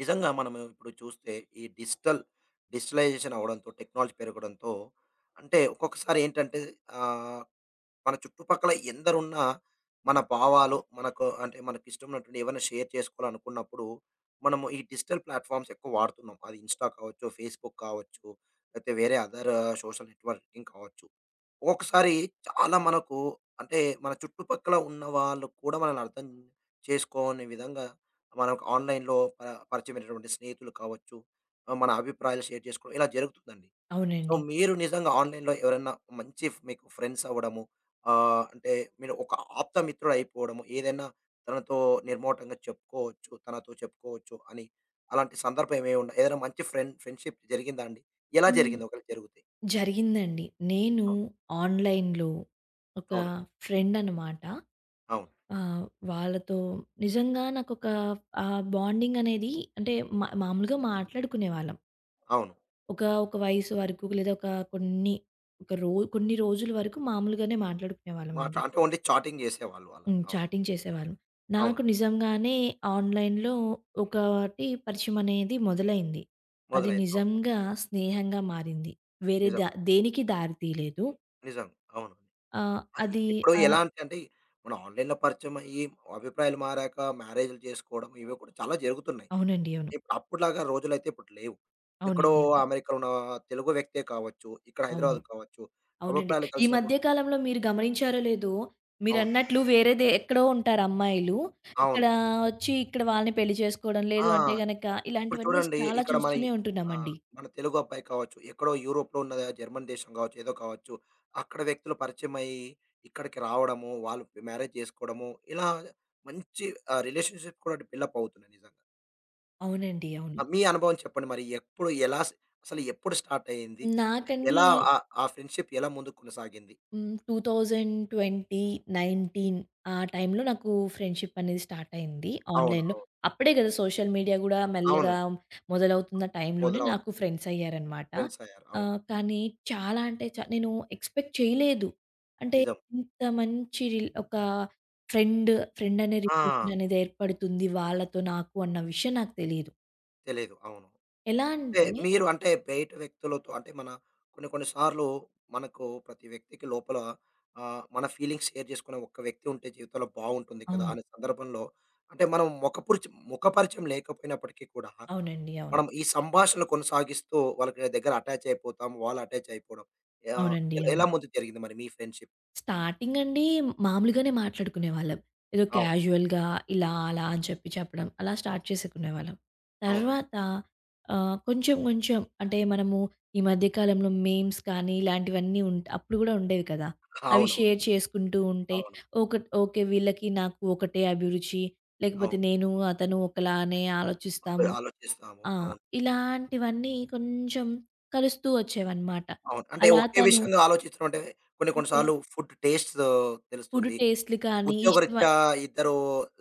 నిజంగా మనము ఇప్పుడు చూస్తే ఈ డిజిటలైజేషన్ అవ్వడంతో, టెక్నాలజీ పెరగడంతో అంటే ఒక్కొక్కసారి ఏంటంటే, ఆహ్, మన చుట్టుపక్కల ఎందరున్నా మన భావాలు మనకు అంటే మనకిష్టమైనటువంటి ఏవైనా షేర్ చేసుకోవాలనుకున్నప్పుడు, మనము ఈ డిజిటల్ ప్లాట్‌ఫార్మ్స్ ఎక్కువ వాడుతున్నాం. అది ఇన్‌స్టా కావచ్చు, ఫేస్‌బుక్ కావచ్చు, లేకపోతే వేరే అదర్ సోషల్ నెట్వర్కింగ్ కావచ్చు. ఒక్కొక్కసారి చాలా మనకు అంటే మన చుట్టుపక్కల ఉన్న వాళ్ళు కూడా మనల్ని అర్థం చేసుకోని విధంగా మనకు ఆన్‌లైన్‌లో పరిచయమైనటువంటి స్నేహితులు కావచ్చు, మన అభిప్రాయాలు షేర్ చేసుకోవడం ఇలా జరుగుతుందండి. సో, అవునండి. మీరు నిజంగా ఆన్‌లైన్‌లో ఎవరైనా మంచి ఫ్ మీకు ఫ్రెండ్స్ అవ్వడము, అంటే మీరు ఒక ఆప్త మిత్రుడు అయిపోవడము, ఏదైనా తనతో నిర్మోటంగా చెప్పుకోవచ్చు, తనతో చెప్పుకోవచ్చు అని అలాంటి సందర్భం ఏమైనా ఉందా? ఏదైనా మంచి ఫ్రెండ్‌షిప్ జరిగిందా అండి? ఎలా హ్మ్. జరిగింది ఒకవేళ జరిగితే? జరిగిందండి. నేను అవును. ఆన్‌లైన్‌లో ఒక అవునండి. ఫ్రెండ్ అనమాట. అవును. ఆహ్, వాళ్ళతో నిజంగా నాకొక ఆ బాండింగ్ అనేది అంటే మా మామూలుగా మాట్లాడుకునేవాళ్ళం. అవును. ఒక వయసు వరకు లేదా ఒక కొన్ని ఒక రో కొన్ని రోజుల వరకు మామూలుగానే మాట మాట్లాడుకునేవాళ్ళమండి. అంటే ఓన్లీ చాటింగ్ జేసేవాళ్ళు అలా. అవును. చాటింగ్ చేసేవాళ్ళం. అవును. నాకు నిజంగానే ఆన్‌లైన్‌లో ఒకటి పరిచయం అనేది మొదలైంది. అది మొదలైంది. అవును. నిజంగా స్నేహంగా మారింది. వేరే నిజం. ద దేనికి దారి తీయలేదు. నిజం. అవును. ఆహ్, ఆహ్, అది ఇప్పుడు ఎలా ఆహ్, అంటే అంటే మన ఆన్‌లైన్‌లో పరిచయమయ్యి అభిప్రాయాలు మారాక మ్యారేజ్‌లు చేసుకోవడం ఇవి కూడా చాలా జరుగుతున్నాయి. అవునండి. అవును. ఇప్పుడు అప్పటిలాగా రోజులైతే ఇప్పుడు లేవు. ఎక్కడో అవునండి. అవును. అమెరికాలో ఉన్న తెలుగు వ్యక్తే కావచ్చు, ఇక్కడ అవును. హైదరాబాద్ కావచ్చు, అవునండి. అభిప్రాయాలు ఈ కలిసినప్పుడు మధ్య కాలంలో మీరు గమనించారో లేదో అవును. మీరన్నట్లు వేరేదే ఎక్కడో ఉంటారు అమ్మాయిలు. ఇక్కడ అవును. వచ్చి ఇక్కడ వాళ్ళని పెళ్లి చేసుకోవడం, ఆ! లేదు అంటే గనక ఇప్పుడు ఇలాంటివన్నీ చూడండి చాలా ఇక్కడ మన ఈ చూస్తూనే ఆహ్, ఉంటున్నామండి. మన తెలుగు అబ్బాయి కావచ్చు, ఎక్కడో యూరోప్‌లో ఉన్న జర్మన్ దేశం కావచ్చు, ఏదో కావచ్చు. అక్కడ వ్యక్తులు పరిచయమయ్యి, ఇక్కడికి రావడము, వాళ్ళు మ్యారేజ్ చేసుకోవడము, ఇలా మంచి రిలేషన్‌షిప్ కూడా బిల్డప్ అవుతున్నాయి నిజంగా. అవునండి. ఆ, అవును. మీ అనుభవం చెప్పండి మరి ఎప్పుడు ఎలా అసలు ఎప్పుడు స్టార్ట్ అయింది? నాకండి ఎలా ఆ ఆ ఫ్రెండ్‌షిప్ ఎలా ముందుకు కొనసాగింది? హ్మ్. 2020, 19 ఆ టైంలో నాకు ఫ్రెండ్‌షిప్ అనేది స్టార్ట్ అయింది అవును. ఆన్‌లైన్‌లో. అవును. అప్పుడే కదా సోషల్ మీడియా గూడా మెల్లగా అవునండి. మొదలవుతున్న టైంలోనే నాకు మొదలవుతుంది. ఫ్రెండ్స్ అయ్యారనమాట. ఫ్రెండ్స్ అయ్యారు. అవును. కానీ చాలా అంటే చా నేను ఎక్స్‌పెక్ట్ చేయలేదు. అంటే నిజం. ఇంత మంచి రిల్ ఒక ఫ్రెండ్ ఫ్రెండ్ అనే రిలేషన్ ఆ! అనేది ఏర్పడుతుంది వాళ్ళతో నాకు అన్న విషయం నాకు తెలీదు. తెలీదు. అవును. ఎలా అంటే అంటే మీరు అంటే బయట వ్యక్తులతో అంటే మన కొన్ని కొన్ని సార్లు మనకు ప్రతి వ్యక్తికి లోపల, మన ఫీలింగ్స్ షేర్ చేసుకునే ఒక్క వ్యక్తి ఉంటే జీవితంలో బావుంటుంది కదా! అవును. అనే సందర్భంలో అంటే మనం ముఖపరిచయం లేకపోయినప్పటికీ కూడా అవునండి. అవును. మనం ఈ సంభాషణలు కొనసాగిస్తూ వాళ్ళకి దగ్గర అటాచ్ అయిపోతాం. వాళ్ళు అటాచ్ అయిపోవడం. అవునండి. ఎలా అవును. ఎలా ముందు జరిగింది మరి మీ ఫ్రెండ్‌షిప్? స్టార్టింగ్ అండి మామూలుగానే మాట్లాడుకునేవాళ్ళం. ఏదో అవును. క్యాజుయల్‌గా ఇలా, అలా అని చెప్పడం. అలా స్టార్ట్ చేసేకునేవాళ్ళం. అవునండి. తర్వాత కొంచెం అంటే మనము ఈ మధ్య కాలంలో మీమ్స్ కానీ ఇలాంటివన్నీ అప్పుడు గూడా ఉండేవి కదా! అవి అవునవును. షేర్ చేసుకుంటూ ఉంటే అవును. ఒక ఓకే. వీళ్ళకి నాకు ఒకటే అభిరుచి. లేకపోతే అవును. నేను, అతను ఒకలానే అదే ఆలోచిస్తాము. ఆలోచిస్తాము. ఆ! అవును. ఇలాంటివన్నీ కొంచెం కలుస్తూ వచ్చేవన్నమాట. అవును. అంటే అలా ఒకే తను విషయంగా ఆలోచించడం అంటే కొన్ని కొన్ని అంటే సార్లు ఫుడ్ టేస్ట్స్ ఫుడ్ తెలుస్తుంది. టేస్ట్‌లు కానీ ఇష్టమ ఉద్యోగరీత్యా ఇద్దరు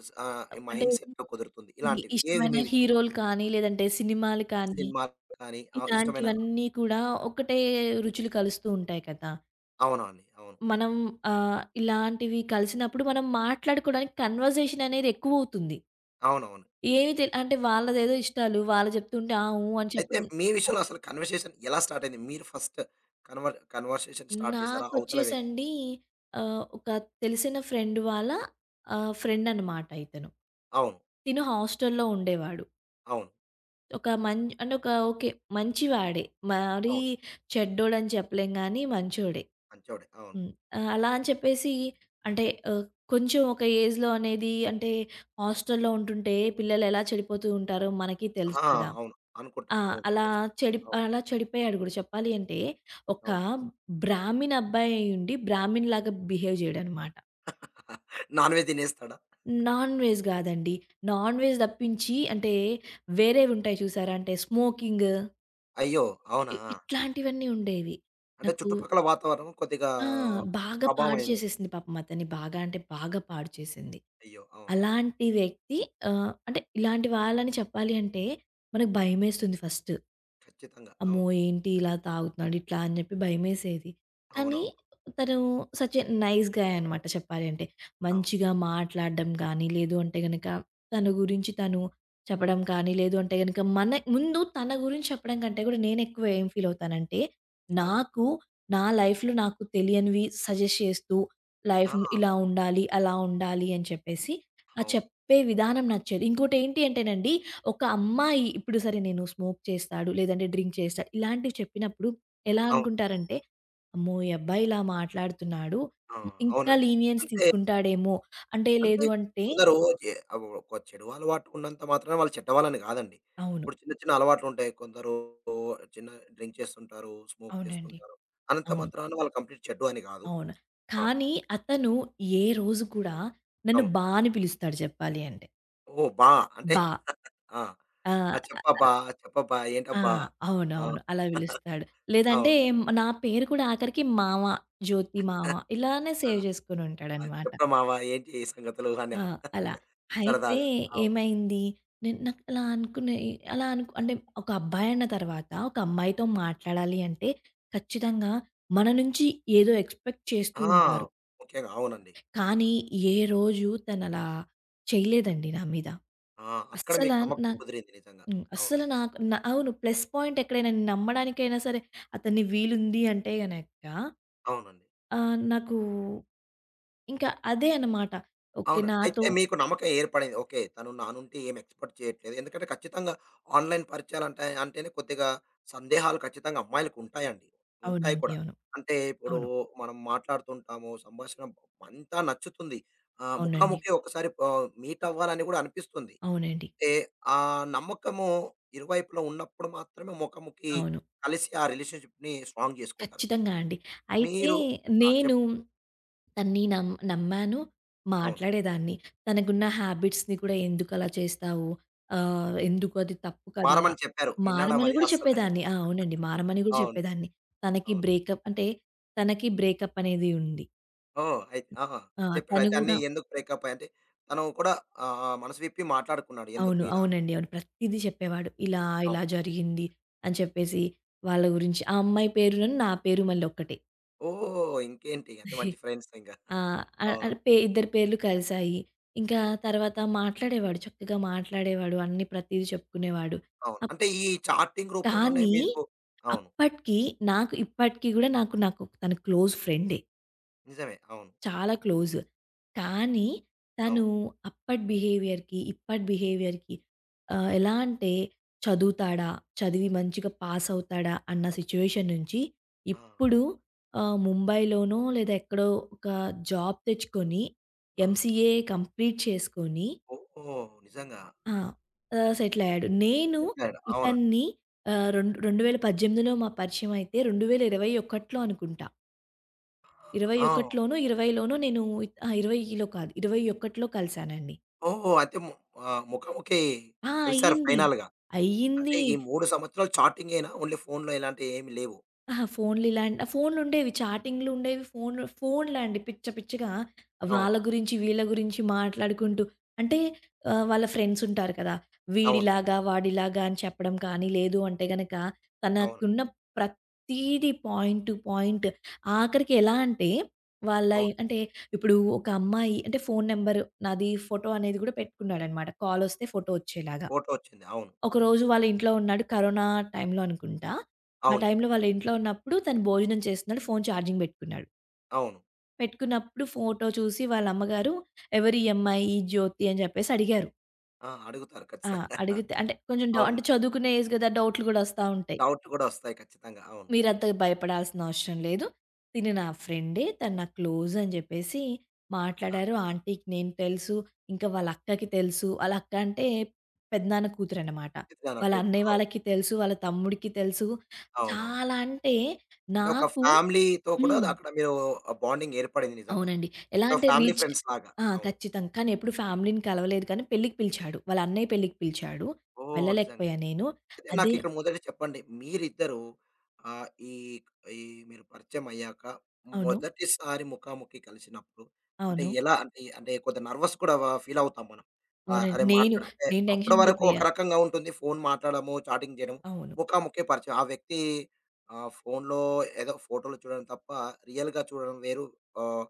అంటే మైండ్ సెట్ కుదురుతుంది. ఈ ఇలాంటివి. ఏది ఇష్టమైన మీ విషయంలో? హీరోలు కానీ, లేదంటే సినిమాలు కానీ, సినిమాలు కానీ, ఇష్టమైన ఇలాంటివన్నీ కూడా ఒకటే రుచులు కలుస్తూ ఉంటాయి కదా! అవునండి. అవును. మనం ఇలాంటివి కలిసినప్పుడు మనం మాట్లాడుకోవడానికి కన్వర్జేషన్ అనేది ఎక్కువవుతుంది. అవునవును. ఏవి తె అంటే వాళ్ళదేదో ఇష్టాలు వాళ్ళు చెప్తుంటే ఆ! ఊ అని అయితే చెప్పడం. మీ విషయంలో అసలు కన్వర్సేషన్ ఎలా స్టార్ట్ అయింది? మీరు ఫస్ట్ కన్వర్సేషన్ స్టార్ట్ చేసారా? అవతల వ్యక్తి నాకొచ్చేసండి ఒక తెలిసిన ఫ్రెండ్ వాళ్ళ ఫ్రెండ్ అనమాట ఇతను. అవును. తిను హాస్టల్‌లో ఉండేవాడు. అవును. ఒక మం అంటే ఒక ఓకే. మంచివాడే. మరీ అవును. చెడ్డోడని చెప్పలేం గానీ, మంచోడే. మంచోడే. అవును. హ్మ్. అలా అని చెప్పేసి అంటే ఆహ్, కొంచెం ఒక ఏజ్‌లో అనేది అంటే హాస్టల్‌లో ఉంటుంటే పిల్లలెలా చెడిపోతూ ఉంటారో మనకి తెలుసు ఆ! కదా! అవును. ఆ! అనుకుంటాం. అవును. అలా ఖచ్చితంగా. అవును. అలా చెడిపోయాడు గూడా. చెప్పాలి అంటే ఒక అవును. బ్రాహ్మిన్ అబ్బాయి అయ్యుండి బ్రాహ్మిన్‌లాగా బిహేవ్ చేయడనమాట. నాన్ వెజ్ తినేస్తాడా? నాన్ వెజ్ గాదండి. నాన్ వెజ్ తప్పించి అంటే వేరేవుంటాయి చూసారా? అంటే స్మోకింగ్ అయ్యో! అవునా? ఇట్లాంటివన్నీ ఉండేవి. అంటే నాకు చుట్టుపక్కల వాతావరణం కొద్దిగా ఆ! బాగా ప్రభావం పాడు అయింది. చేసేసింది పాపం అతన్ని. బాగా అంటే బాగా పాడు చేసింది. అయ్యో! అవును. ఆ! అలాంటి వ్యక్తి ఆహ్, అంటే ఇలాంటి వాళ్ళని చెప్పాలి అంటే మనకు భయమేస్తుంది ఫస్ట్. ఖచ్చితంగా. అమ్మో! అవును. ఏంటి ఇలా తాగుతున్నాడు ఇట్లా అని చెప్పి భయమేసేది. కానీ అవునవును. తను సచ్ ఎ నైస్ గాయ్ అనమాట చెప్పాలి అంటే. అవును. మంచిగా మాట్లాడడం గానీ, లేదు అంటే గనక తన గురించి తను చెప్పడం కానీ, లేదు అంటే గనక మన ముందు తన గురించి చెప్పడం కంటే కూడా నేనెక్కువ ఏం ఫీల్ అవుతానంటే, అవును. నాకు నా లైఫ్‌లో నాకు తెలియనివి సజెస్ట్ చేస్తూ లైఫ్‌ని ఆ! ఇలా ఉండాలి, అలా ఉండాలి అని చెప్పేసి ఆ అవును. చెప్పే విధానం నచ్చేది. ఇంకోటేంటి అంటేనండి ఒక అమ్మాయి ఇప్పుడు సరే నేను స్మోక్ చేస్తాడు, లేదంటే డ్రింక్ చేస్తాడు. ఇలాంటివి చెప్పినప్పుడు ఎలా అవును. అనుకుంటారంటే, అమ్మో! ఈ అబ్బాయి ఇలా మాట్లాడుతున్నాడు. ఆ! ఇంకా అవునండి. లీనియన్స్ అంటే, తీసుకుంటాడేమో. అంటే అంటే లేదు అంటే కొందరు ఎ అవ్ ఒక చెడు అలవాటు ఉన్నంత మాత్రాన వాళ్ళు చెడ్డవాళ్ళని కాదండి. అవును. ఇప్పుడు చిన్న చిన్న అలవాట్లుంటాయి. కొందరు చిన్న డ్రింక్ చేస్తుంటారు, స్మోక్ అవునండి. చేస్తుంటారు. అనంత అవును. మాత్రాన వాళ్ళు కంప్లీట్ చెడ్డు అని కాదు. అవును. ఆ! కానీ అతను ఏ రోజు కూడా నన్ను అవును. బా అని పిలుస్తాడు చెప్పాలి అంటే. ఓహ్! బా అంటే బా. ఆ! ఆ! ఆ! చెప్పబ్బా! చెప్పబ్బా! ఆ! ఏంటబ్బా! ఆ! అవునవును. అలా పిలుస్తాడు. లేదంటే అవును. నా పేరు కూడా ఆఖరికి మామ, జ్యోతి మామ ఇలానే ఆ! సేవ్ ఆ! చేసుకొనుంటాడనమాట. చెప్పరా మావ ఏంటి ఈ సంగతులు అని ఆ! అలా. అయితే సరదాగా. అవును. ఏమైంది? నేను నాకు అలా అనుకునే అలా అనుకు అంటే ఒక అబ్బాయన్న తర్వాత ఒక అమ్మాయితో మాట్లాడాలి అంటే ఖచ్చితంగా మన నుంచి ఏదో ఎక్స్‌పెక్ట్ చేస్తూ ఆ! ఉంటారు. ముఖ్యంగా అవునండి. కానీ ఏ రోజు తనలా చేయలేదండి నా మీద. ఆ! అక్కడ అస్సల మీకు నమ్మకం నాకు కుదిరింది నిజంగా. హ్మ్. అవును. అస్సలు నాకు న అవును. ప్లస్ పాయింట్ ఎక్కడైనా నమ్మడానికైనా సరే అతని వీలుంది అంటే గనక అవునండి. నాకు ఇంకా అదే అన్నమాట. ఓకే. అవునండి. నాతో అయితే మీకు నమ్మకం ఏర్పడింది. ఓకే. తను నా నుండి ఏమి ఎక్స్‌పెక్ట్ చేయట్లేదు. ఎందుకంటే ఖచ్చితంగా ఆన్‌లైన్ పరిచయాలంటే అంటేనే కొద్దిగా సందేహాలు ఖచ్చితంగా అమ్మాయిలకుంటాయండి. ఉంటాయి అవునండి. కూడా. అవును. అంటే ఇప్పుడు అవును. మనం మాట్లాడుతుంటాము. సంభాషణ అంతా నచ్చుతుంది. అవునండి. ముఖాముఖి ఒకసారి మీట్ అవ్వాలని కూడా అనిపిస్తుంది. అవునండి. ఏ ఆ నమ్మకము ఇరువైపులా ఉన్నప్పుడు మాత్రమే ముఖాముఖి అవును. కలిసి ఆ రిలేషన్‌షిప్‌ని స్ట్రాంగ్ చేసుకుంటారు. ఖచ్చితంగా అండి. అయితే మీరు ఆ! నేను తనని నమ్ నమ్మాను, అవును. మాట్లాడేదాన్ని. తనకున్న హ్యాబిట్స్‌ని కూడా ఎందుకలా చేస్తావు? ఎందుకు అది తప్పు కదా! మారమని చెప్పారు. విన్నాడా మారమని మరి? కూడా అస్సల చెప్పేదాన్ని. ఆ! అవునండి. మారమని కూడా అవును. చెప్పేదాన్ని. తనకి అవును. బ్రేకప్ అంటే తనకి బ్రేకప్ అనేది ఉంది. ఓహ్! అయి ఆహా! ఆ! చెప్పాడు. తను అయితే అన్నీ కూడా ఎందుకు బ్రేకప్ అంటే తను కూడా ఆహ్, ఆహ్, మనసు విప్పి మాట్లాడుకున్నాడు. ఎందుకు అవును. ఇలా అవునండి. అవును. ప్రతీదీ చెప్పేవాడు. అవును. ఇలా జరిగింది అని చెప్పేసి వాళ్ళ గురించి. ఆ అమ్మాయి పేరును, నా పేరు మళ్ళీ ఒక్కటే. ఓహ్! ఇంకేంటి అయితే మంచి ఫ్రెండ్స్ ఇంక. ఆ! ఆహ్, ఆహ్, అవును. పే ఇద్దరి పేర్లు కలిసాయి. ఇంకా తర్వాత మాట్లాడేవాడు. చక్కగా మాట్లాడేవాడు. అన్నీ ప్రతీది చెప్పుకునేవాడు. అవును. అప్ అంటే ఈ చాటింగ్ రూపంలోనే కానీ మీకు అవును. అప్పటికి నాకు ఇప్పటికి గూడా నాకు నాకు తను క్లోజ్ ఫ్రెండే. నిజమే. అవును. చాలా క్లోజ్. కానీ అవును. తను అప్పటి బిహేవియర్‌కి, ఇప్పటి బిహేవియర్‌కి ఆహ్, ఎలా అంటే చదువుతాడా? చదివి మంచిగా పాస్ అవుతాడా? అన్న సిట్యుయేషన్ నుంచి ఆ! ఇప్పుడు ముంబైలోనో లేదా ఎక్కడో ఒక జాబ్ తెచ్చుకొని ఆ! ఎంసీఏ కంప్లీట్ చేసుకొని ఓహ్! నిజంగా. ఆ! సెటిల్ అయ్యాడు. నేను చెప్పాడు. అవునండి. ఇతన్ని ఆహ్, రెండు 2018లో మా పరిచయం అయితే 2021లో అనుకుంటా. ఆ! 21 20లోనో నేను ఆ! 20లో కాదు. 21లో కలిసానండి. ఓహ్! అయితే ముఖాముఖి ఆ! కలిసారు అయ్యింది. ఫైనల్‌గా. అంటే అయ్యింది. ఈ 3 సంవత్సరాలు చాటింగేనా? ఓన్లీ ఫోన్‌లో ఇలాంటివి ఏమి లేవు. అహా! ఫోన్‌లుండేవి. చాటింగ్‌లుండేవి. ఫోన్‌లండి పిచ్చ పిచ్చగా అవును. వాళ్ళ గురించి, వీళ్ళ గురించి మాట్లాడుకుంటూ అంటే వాళ్ళ ఫ్రెండ్స్ ఉంటారు కదా! అవును. వీడిలాగా, వాడిలాగా అని చెప్పడం కానీ, లేదు అంటే గనక అవును. తనకున్న ప్రతీది పాయింట్ టు పాయింట్ ఆఖరికి ఎలా అంటే వాళ్ళ అవును. అంటే ఇప్పుడు ఒక అమ్మాయి అంటే ఫోను నంబర్ నాది ఫోటో అనేది కూడా పెట్టుకున్నాడనమాట. కాలొస్తే ఫోటో వచ్చేలాగా. ఫోటో వచ్చింది. అవును. ఒకరోజు వాళ్ళ ఇంట్లో ఉన్నాడు. కరోనా టైంలో అనుకుంటా. ఆ అవునండి. టైంలో వాళ్ళ ఇంట్లో ఉన్నప్పుడు తను భోజనం చేస్తున్నాడు. ఫోను చార్జింగ్ బెట్టుకున్నాడు. అవును. పెట్టుకున్నప్పుడు ఫోటో చూసి వాళ్ళ అమ్మగారు "ఎవరి ఈ అమ్మాయి? ఈ జ్యోతి" అని జెప్పేసి అడిగారు. ఆ! అడుగుతారు ఆ! ఖచ్చితంగా. అడిగితే అంటే కొంచెం డౌ అవును. అంటే చదువుకునే ఏజ్ గదా! డౌట్లు గూడా ఒస్తా ఉంటాయి. డౌట్ కూడా వస్తాయి ఖచ్చితంగా. అవును. "మీరంత భయపడాల్సిన అవసరం లేదు. తిను నా ఫ్రెండే. తను నా క్లోజ్" అని జెప్పేసి ఆ! మాట్లాడారు. ఆంటీకి నేను తెలుసు. ఇంకా వాళ్ళ అక్కకి తెలుసు. వాళ్ళ అక్క అంటే పెదనాన్న కూతురనమాట. ఇది నా వాళ్ళ కూతురు. అన్నయ్య అవును. వాళ్ళకి తెలుసు. వాళ్ళ తమ్ముడికి తెలుసు. అవునవును. చాలా అంటే అంటే ఒక నాకు ఫ్యామిలీతో కూడా హ్మ్. అక్కడ మీరు బాండింగ్ ఏర్పడింది నిజంగా. అవునండి. ఎలా ఒక అంటే ఫ్యామిలీ రీచ్ ఫ్రెండ్స్ లాగా. ఆ! అవును. ఖచ్చితంగా. కానీ ఎప్పుడు ఫ్యామిలీని కలవలేదు కానీ పెళ్ళికి పిలిచాడు. వాళ్ళ అన్నయ్య పెళ్ళికి పిలిచాడు. ఓహ్! నిజంగా. వెళ్ళలేకపోయా నేను. అయితే అదే నాకిక్కడ మొదట చెప్పండి. మీరిద్దరూ ఆహ్, ఈ ఈ మీరు పరిచయమయ్యాక అవును. మొదటిసారి ముఖాముఖి కలిసినప్పుడు అంటే అవును. ఎలా అంటే అంటే కొంత నర్వస్ కూడా ఫీలవుతాం మనం. అవునండి. అరే! మాట్లాడ అంటే నేను అప్పటి టెన్షన్ వరకు ఒక పడిపోయా. రకంగా ఉంటుంది. ఫోను మాట్లాడడము, చాటింగ్ చేయడం. అవును. ముఖాముఖి పరిచయం. ఆ వ్యక్తి, ఫోనులో ఏదో ఫోటోలు చూడడం తప్ప రియల్‌గా చూడడం వేరు. ఆహ్,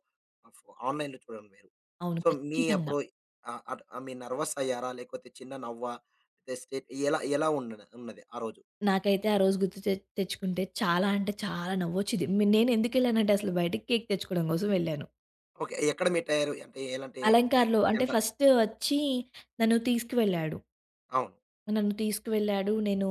ఫ్ ఆన్‌లైన్‌లో చూడడం వేరు. అవును. సో, మీ ఖచ్చితంగా. అప్పుడు, ఆహ్, అట్ మీ నర్వస్ అయ్యారా? లేకపోతే చిన్న నవ్వా? అయితే స్టేట్ ఎలా ఎలా ఉన్నది ఆ రోజు? నాకైతే ఆ రోజు గుర్తు తె తెచ్చుకుంటే చాలా నవ్వొచ్చేది. నేనెందుకెళ్ళానంటే అసలు బయటికి కేక్ తెచ్చుకోవడం కోసం వెళ్ళాను. ఓకే. ఎక్కడ మీట్ అయ్యారు? అంటే ఎలాంటి అలంకార్‌లో అంటే జంట ఫస్ట్ వచ్చి నన్ను తీసుకువెళ్ళాడు. అవును. నన్ను తీసుకువెళ్ళాడు.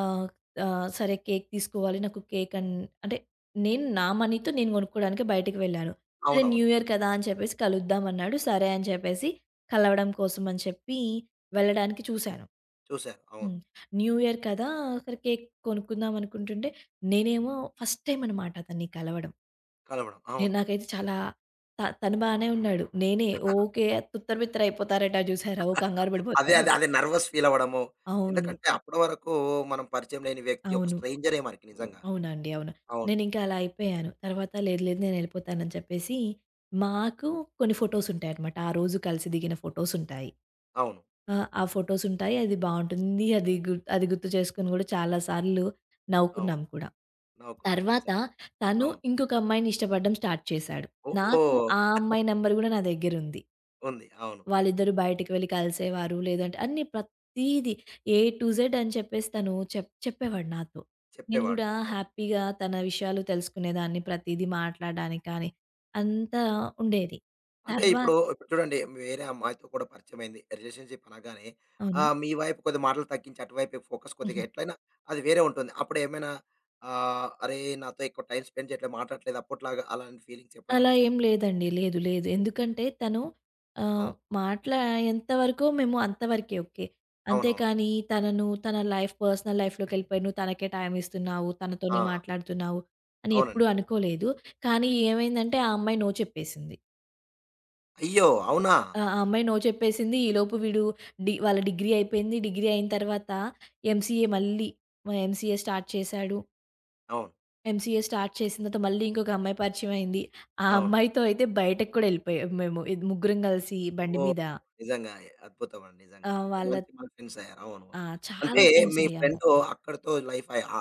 ఆహ్, సరే కేక్ తీసుకోవాలి. నాకు కేక్ అన్ అంటే నేను నా మనీతో కొనుక్కోవడానికి బయటికి వెళ్ళాను. సరే న్యూ అవునవును. ఇయర్ కదా! అని చెప్పేసి కలుద్దాం అన్నాడు. సరే అని చెప్పేసి కలవడం కోసం అని చెప్పి వెళ్ళడానికి చూసాను. చూసారు. అవును. హ్మ్. న్యూ ఇయర్ కదా! సరే కేక్ కొనుక్కుందాం అనుకుంటుంటే, నేనేమో ఫస్ట్ టైమ్ అనమాట తనని కలవడం. కలవడం. అవును. నాకైతే చాలా తను బానే ఉన్నాడు. నేనే ఓకే. తుత్తర బిత్తర అయిపోతారట చూసారా! ఓ కంగారు అదే, పడిపోతారు. అదే, అదే నర్వస్ ఫీల్ అవ్వడము. అవును. ఎందుకంటే అప్పటి వరకు మనం పరిచయం లేని వ్యక్తి ఒక అవును. స్ట్రేంజరే మనకి నిజంగా. అవునండి. అవును. అవును. నేనింకా అలా అయిపోయాను. తర్వాత లేదు లేదు నేనెళ్ళిపోతానని చెప్పేసి, మాకు కొన్ని ఫోటోసుంటాయనమాట. ఆ రోజు కలిసి దిగిన ఫోటోసుంటాయి. అవును. ఆ! ఆ ఫోటోసుంటాయి. అది బావుంటుంది. అది గుర్తు చేసుకొని గూడా చాలా సార్లు అవును. నవ్వుకున్నాం కూడా. నవ్వుకున్నారు. తర్వాత నిజంగా. తను అవును. ఇంకొక అమ్మాయిని ఇష్టపడడం స్టార్ట్ చేశాడు. నాకు ఓహ్! ఆ అమ్మాయి నంబర్ గూడా నా దగ్గరుంది. ఉంది. అవును. వాళ్ళిద్దరూ బయటికి వెళ్ళి కలిసేవారు. లేదంటే అన్నీ ప్రతీది ఏ టు జెడ్ అని చెప్పేసి తను చెప్ చెప్పేవాడు నాతో. నేను చెప్పేవాడు. గూడా అవును. హ్యాపీగా తన విషయాలు తెలుసుకునేదాన్ని. ప్రతీదీ మాట్లాడడానికి కానీ అంతా ఉండేది. అంటే తర్వా ఇప్పుడు ఇప్పుడు చూడండి వేరే అమ్మాయితో కూడా పరిచయమైంది. రిలేషన్‌షిప్ అనగానే, అవును. మీ వైపు కొద్ది మాటలు తగ్గించి అటువైపే ఫోకస్ కొద్దిగా హుహు. ఎట్లైనా అది వేరే ఉంటుంది. అప్పుడేమైనా, అరేయ్! నాతో ఎక్కువ టైమ్ స్పెండ్ చేయట్లేదు, మాట్లాడట్లేదు అప్పట్లాగా అలాంటి ఫీలింగ్స్ ఎప్పుడైనా అలా వచ్చాయా? ఏం లేదండి. లేదు. లేదు. ఎందుకంటే తను ఆహ్, అవును. మాట్లాడేంత వరకు మేము అంతవరకే ఓకే. అవునవును. అంతేకానీ తనను తన లైఫ్ పర్సనల్ లైఫ్‌లోకెళ్ళిపోయి నువ్వు తనకే టైమ్ ఇస్తున్నావు, ఆ! తనతోనే మాట్లాడుతున్నావు అని ఎప్పుడూ అవునండి. అనుకోలేదు. కానీ ఏమైందంటే ఆ అమ్మాయి నో చెప్పేసింది. అయ్యో! అవునా? ఆ! ఆ అమ్మాయి నో చెప్పేసింది. ఈలోపు వీడు వాళ్ళ డిగ్రీ అయిపోయింది. డిగ్రీ అయిన తర్వాత ఎంసీఏ మళ్ళీ ఎంసీఏ స్టార్ట్ చేశాడు. అవును. ఎంసీఏ స్టార్ట్ చేసిన తర్వాత మళ్ళీ ఇంకొక అమ్మాయి పరిచయం అయింది. ఆ అవును. అమ్మాయితో అయితే బయటకి కూడా ఎళ్ళిపోయాం మేము. ఇది ముగ్గురం కలిసి బండి ఓహ్! మీద నిజంగా. అద్భుతం అండి నిజంగా. ఆహ్, అంత వాళ్ళ మంచి మంచి ఫ్రెండ్స్ అయ్యారు. అవును. ఆ! అంటే చాలా ఫ్రెండ్స్ మీ అయ్యాము. ఫ్రెండు అక్కడితో లైఫ్ అయి ఆ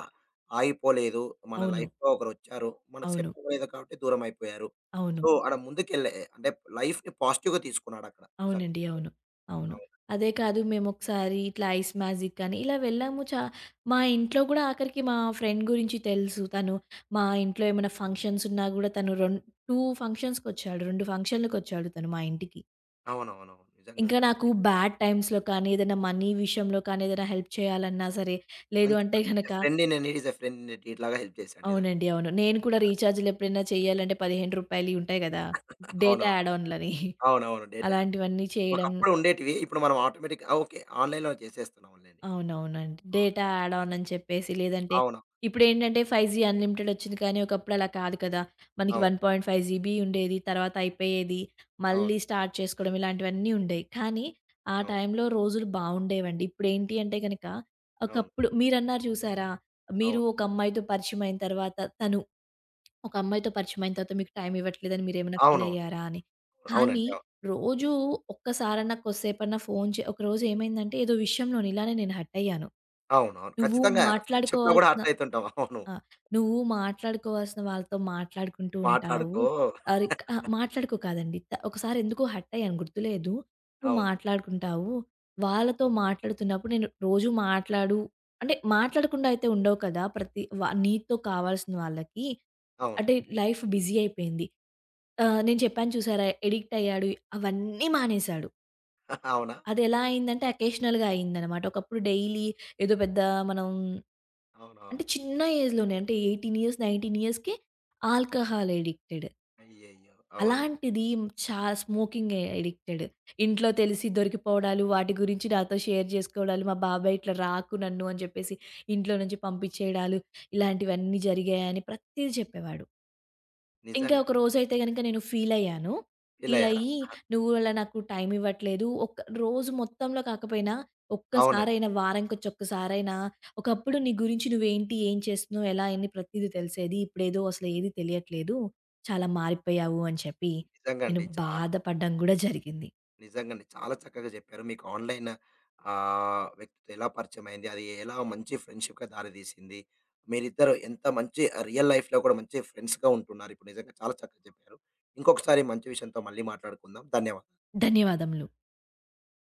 ఆగిపోలేదు. మన అవును. లైఫ్‌లో ఒకరొచ్చారు. మనకు అవును. సెట్ అవ్వలేదు కాబట్టి దూరం అయిపోయారు. అవును. సో, ఆడ ముందుకెళ్ళే అంటే లైఫ్‌ని పాజిటివ్‌గా తీసుకున్నాడక్కడ. నిజంగా. అవునండి. అవును. అవును. అవును. అదే కాదు మేమొకసారి ఇట్లా ఐస్ మ్యాజిక్ అని ఇలా వెళ్ళాము. మా ఇంట్లో గూడా ఆఖరికి మా ఫ్రెండ్ గురించి తెలుసు. తను మా ఇంట్లో ఏమైనా ఫంక్షన్స్ ఉన్నా గూడా తను రొన్ 2 ఫంక్షన్స్‌కొచ్చాడు. 2 ఫంక్షన్‌లకొచ్చాడు తను మా ఇంటికి. అవునవునవును. నిజంగా. ఇంకా నాకు బ్యాడ్ టైమ్స్‌లో కానీ, ఏదైనా మనీ విషయంలో కానీ, ఏదైనా హెల్ప్ చేయాలన్నా సరే, లేదు మంచి అంటే ఎ గనక friend in a need is a friend in a deed లాగా హెల్ప్ చేశాడు నిజంగా. అవునండి. అవును. నేను కూడా రీచార్జ్‌లు ఎప్పుడైనా చేయాలంటే రూ. 15 ఉంటాయి గదా! డేటా అవునవును. యాడ్ ఆన్‌లని అవునవును. Date add. అలాంటివన్నీ చేయడం ఒకప్పుడు ఉండేటివి. ఇప్పుడు మనం ఆటోమేటిక్‌గా ఓకే. ఆన్‌లైన్‌లో చేసేస్తున్నాంలెండి. అవునవునండి. అవును. డేటా యాడ్ ఆన్ అని చెప్పేసి లేదంటే అవును. ఇప్పుడేంటంటే 5జీ అన్‌లిమిటెడ్ వచ్చింది కానీ ఒకప్పుడు అలా కాదు కదా! మనకి అవును. 1.5 జీబీ ఉండేది. తర్వాత అయిపోయేది. అవును. మళ్ళీ స్టార్ట్ చేసుకోవడం ఇలాంటివన్నీ ఉండేయి. కానీ ఆ అవును. టైంలో రోజులు బావుండేవండి. ఇప్పుడేంటి అంటే గనక అవును. ఒకప్పుడు మీరన్నారు చూసారా? మీరు అవును. ఒక అమ్మాయితో పరిచయం అయిన తర్వాత ఒక అమ్మాయితో పరిచయమైన తర్వాత మీకు టైం ఇవ్వట్లేదని మీరేమైనా అవునవును. ఫీలయ్యారా అని? అవునండి. కానీ అవును. రోజూ ఒక్కసారన్నా, కొద్దిసేపన్నా ఫోను చే ఒకరోజు ఏమైందంటే ఏదో విషయంలోని ఇలానే నేను హర్టయ్యాను. అవునవును. నువ్వు ఖచ్చితంగా ఫ్రెండ్‌షిప్‌లో గూడా మాట్లాడుకోవాల్సిన హర్ట్ అయితుంటాం. అవును. ఆ! నువ్వు మాట్లాడుకోవాల్సిన వాళ్ళతో మాట్లాడుకుంటూ ఉంటావు. మాట్లాడుకో ఆహ్, రిక్ అహా! మాట్లాడుకో కాదండి. ఒకసారి ఎందుకో హర్టయ్యాను గుర్తులేదు. నువ్వు అవును. మాట్లాడుకుంటావు. వాళ్ళతో మాట్లాడుతున్నప్పుడు నేను రోజు మాట్లాడు అంటే మాట్లాడకుండా అయితే ఉండవు కదా! ప్రతి వ నీతో కావాల్సిన వాళ్ళకి. అవును. అంటే లైఫ్ బిజీ అయిపోయింది. నేను చెప్పాను చూసారా? ఎడిక్ట్ అయ్యాడు. అవన్నీ మానేశాడు. అవునా? అదెలా అయిందంటే అకేషనల్‌గా అయిందనమాట. ఒకప్పుడు డైలీ ఏదో పెద్ద మనం అంటే అవునవును. చిన్న ఏజ్‌లోనే అంటే 18 ఇయర్స్, 19 ఇయర్స్‌కే ఆల్కహాల్ అడిక్టెడ్. అయ్యయ్యో! అవునండి. అలాంటిది స్మోకింగ్ అడిక్టెడ్. ఇంట్లో తెలిసి దొరికిపోవడాలు, వాటి గురించి నాతో షేర్ చేసుకోవడాలు, మా బాబాయ్ ఇట్లా రాకు నన్ను అని చెప్పేసి ఇంట్లో నుంచి పంపించేయడాలు, ఇలాంటివన్నీ జరిగాయని ప్రతీది చెప్పేవాడు. ఇంకా ఒక నిజంగానే. రోజైతే గనక నేను ఫీలయ్యాను. ఫీల్ అయ్యారా? ఫీలయ్యి "నువ్వు అలా నాకు టైం ఇవ్వట్లేదు." ఒక్క రోజు మొత్తంలో కాకపోయినా అవునండి. ఒక్కసారైనా, వారానికొచ్చొక్కసారైనా "ఒకప్పుడు నీ గురించి నువ్వేంటి, ఏం చేస్తున్నావు, ఎలా అయింది ప్రతీదీ తెలిసేది. ఇప్పుడేదో అసలు ఏది తెలియట్లేదు. చాలా మారిపోయావు" అని చెప్పి నిజంగా నేను అండి. చా బాధపడడం గూడా జరిగింది. నిజంగండి. చాలా చక్కగా చెప్పారు. మీకు ఆన్‌లైన్, వ్యక్తితో ఎలా పరిచయం అయింది? అది ఎలా మంచి ఫ్రెండ్‌షిప్‌గా దారితీసింది? మీరిద్దరు ఎంత మంచి రియల్ లైఫ్‌లో కూడా మంచి ఫ్రెండ్స్‌గా ఉంటున్నారు. ఇప్పుడు నిజంగా చాలా చక్కగా చెప్పారు. ఇంకొకసారి మంచి విషయంతో మళ్ళీ మాట్లాడుకుందాం. ధన్యవాదాలు. ధన్యవాదములు.